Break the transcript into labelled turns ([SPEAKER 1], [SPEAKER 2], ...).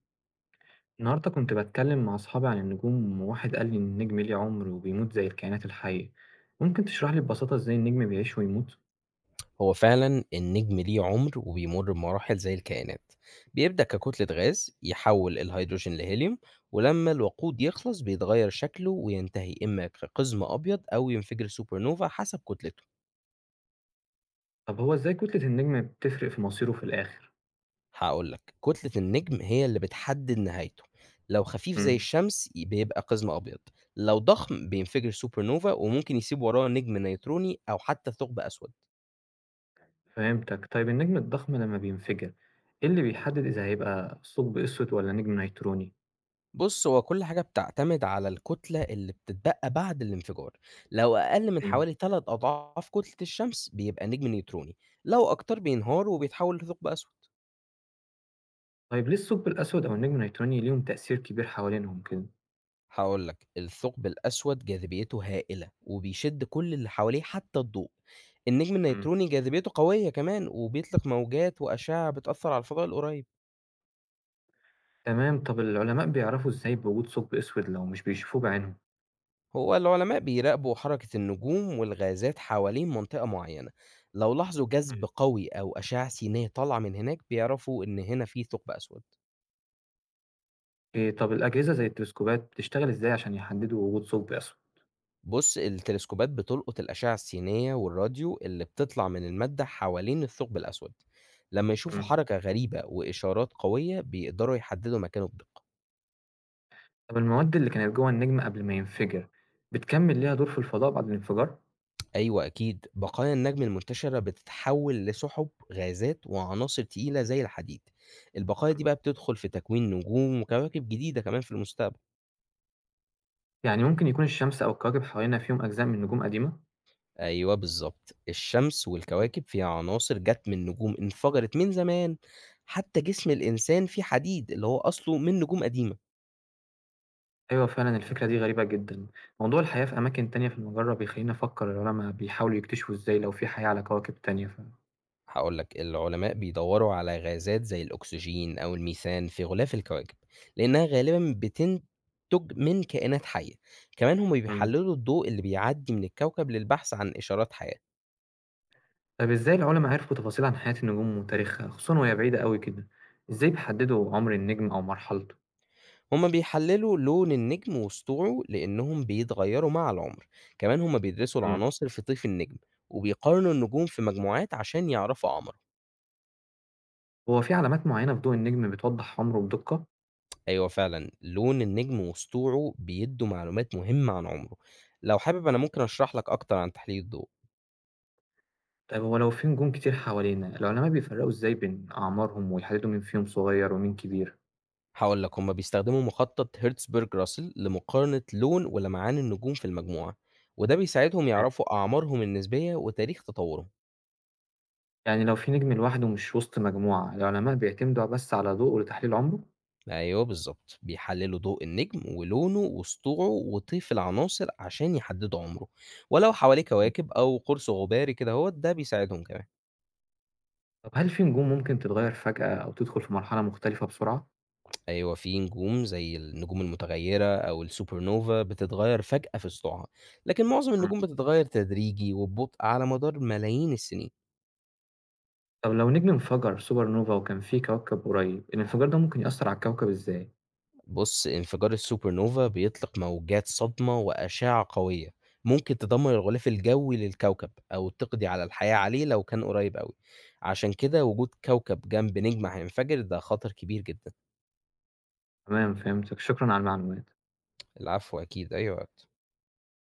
[SPEAKER 1] النهاردة كنت بتكلم مع أصحابي عن النجوم وواحد قال لي إن النجم ليه عمر وبيموت زي الكائنات الحية. ممكن تشرح لي ببساطة إزاي النجم بيعيش ويموت؟
[SPEAKER 2] هو فعلا النجم ليه عمر وبيمر بمراحل زي الكائنات. بيبدأ ككتلة غاز يحول الهيدروجين لهيليوم، ولما الوقود يخلص بيتغير شكله وينتهي إما كقزم أبيض أو ينفجر سوبر نوفا حسب كتلته.
[SPEAKER 1] طب هو إزاي كتلة النجم بتفرق في مصيره في الآخر؟
[SPEAKER 2] هقول لك كتلة النجم هي اللي بتحدد نهايته. لو خفيف زي
[SPEAKER 1] مم.
[SPEAKER 2] الشمس بيبقى قزم أبيض، لو ضخم بينفجر سوبر نوفا وممكن يسيب وراه نجم نيتروني أو حتى ثقب أسود.
[SPEAKER 1] فهمتك. طيب النجم الضخم لما بينفجر، إيه اللي بيحدد إذا هيبقى ثقب أسود ولا نجم نيتروني؟
[SPEAKER 2] بُص، هو كل حاجة بتعتمد على الكتلة اللي بتتبقى بعد الانفجار، لو أقل من
[SPEAKER 1] مم.
[SPEAKER 2] حوالي 3 أضعاف كتلة الشمس بيبقى نجم نيوتروني، لو أكتر بينهار وبيتحول لثقب أسود.
[SPEAKER 1] طيب ليه الثقب الأسود أو النجم النيتروني ليهم تأثير كبير حوالينهم كده؟
[SPEAKER 2] هاقول لك، الثقب الأسود جاذبيته هائلة وبيشد كل اللي حواليه حتى الضوء. النجم
[SPEAKER 1] مم.
[SPEAKER 2] النيوتروني جاذبيته قوية كمان وبيطلق موجات وأشعة بتأثر على الفضاء القريب.
[SPEAKER 1] تمام. طب العلماء بيعرفوا إزاي بوجود ثقب أسود لو مش بيشوفوه بعينهم؟
[SPEAKER 2] هو العلماء بيراقبوا حركة النجوم والغازات حوالين منطقة معينة، لو لاحظوا جذب قوي أو أشعة سينية طالعة من هناك بيعرفوا إن هنا في ثقب أسود.
[SPEAKER 1] إيه طب الأجهزة زي التلسكوبات بتشتغل إزاي عشان يحددوا وجود ثقب أسود؟
[SPEAKER 2] بص التلسكوبات بتلقط الأشعة السينية والراديو اللي بتطلع من المادة حوالين الثقب الأسود، لما يشوفوا
[SPEAKER 1] إمم.
[SPEAKER 2] حركة غريبة وإشارات قوية بيقدروا يحددوا مكانه بدقة.
[SPEAKER 1] طب المواد اللي كانت جوّه النجم قبل ما ينفجر، بتكمّل ليها دور في الفضاء بعد الانفجار؟
[SPEAKER 2] أيوه أكيد، بقايا النجم المنتشرة بتتحول لسحب، غازات، وعناصر تقيلة زي الحديد. البقايا دي بقى بتدخل في تكوين نجوم وكواكب جديدة كمان في المستقبل.
[SPEAKER 1] يعني ممكن يكون الشمس أو الكواكب حوالينا فيهم أجزاء من نجوم قديمة؟
[SPEAKER 2] أيوه بالضبط، الشمس
[SPEAKER 1] إمم.
[SPEAKER 2] والكواكب فيها عناصر جات من نجوم انفجرت من زمان، حتى جسم الإنسان فيه حديد اللي هو أصله من نجوم قديمة.
[SPEAKER 1] أيوه فعلًا، الفكرة دي غريبة جدًا. موضوع الحياة في أماكن تانية في المجرة بيخلّيني أفكّر، العلما بيحاولوا يكتشفوا إزاي لو في حياة على كواكب تانية فعلًا.
[SPEAKER 2] هاقول لك، العلماء بيدوّروا على غازات زي الأكسجين أو الميثان في غلاف الكواكب، لإنها غالبًا بتنتج من كائنات حية، كمان هم
[SPEAKER 1] إمم.
[SPEAKER 2] بيحلّلوا الضوء اللي بيعدّي من الكوكب للبحث عن إشارات حياة.
[SPEAKER 1] طب إزاي العلما عرفوا تفاصيل عن حياة النجوم وتاريخها، خصوصًا وهي بعيدة أوي كده؟ إزاي بيحددوا عُمر النجم أو مرحلته؟
[SPEAKER 2] هم بيحلّلوا لون النجم وسطوعه لإنهم بيتغيّروا مع العمر، كمان هم بيدرسوا
[SPEAKER 1] إمم.
[SPEAKER 2] العناصر في طيف النجم، وبيقارنوا النجوم في مجموعات عشان يعرفوا أعماره.
[SPEAKER 1] هو في علامات معيّنة في ضوء النجم بتوضّح عُمره بدقة؟
[SPEAKER 2] أيوه فعلًا، لون النجم وسطوعه بيدّوا معلومات مهمة عن عمره، لو حابب أنا ممكن أشرح لك أكتر عن تحليل الضوء.
[SPEAKER 1] طيب هو لو في نجوم كتير حوالينا، العلماء بيفرقوا ازاي بين أعمارهم ويحددوا مين فيهم صغير ومين كبير؟
[SPEAKER 2] هاقول لك، هُم بيستخدموا مخطط هيرتزبرج-راسل لمقارنة لون ولمعان النجوم في المجموعة، وده بيساعدهم
[SPEAKER 1] تمام.
[SPEAKER 2] يعرفوا أعمارهم النسبية وتاريخ تطورهم.
[SPEAKER 1] يعني لو في نجم لوحده مش وسط مجموعة، العلماء بيعتمدوا بس على ضوءه لتحليل عمره؟
[SPEAKER 2] أيوه بالضبط، بيحللوا ضوء النجم ولونه وسطوعه وطيف العناصر عشان يحددوا عمره، ولو حواليه
[SPEAKER 1] مم.
[SPEAKER 2] كواكب أو قرص غباري كده أهوّة ده بيساعدهم كمان.
[SPEAKER 1] طب هل في نجوم ممكن تتغير فجأة أو تدخل في مرحلة مختلفة بسرعة؟
[SPEAKER 2] أيوه في نجوم زي النجوم المتغيرة أو الsuper-nova بتتغير فجأة في سطوعها، لكن معظم
[SPEAKER 1] مم.
[SPEAKER 2] النجوم بتتغير تدريجي وببطء على مدار ملايين السنين.
[SPEAKER 1] طب لو نجم انفجر سوبر نوفا وكان فيه كوكب قريب، الانفجار ده ممكن يأثر على الكوكب ازاي؟
[SPEAKER 2] بُص، انفجار السوبر نوفا بيطلق موجات صدمة وأشعة قوية، ممكن تدمر الغلاف الجوي للكوكب أو تقضي على الحياة عليه لو كان قريب أوي، عشان كده وجود كوكب جنب نجم هينفجر ده خطر كبير جدًا.
[SPEAKER 1] تمام فهمتك، شكرا على المعلومات.
[SPEAKER 2] العفو أكيد، أي وقت.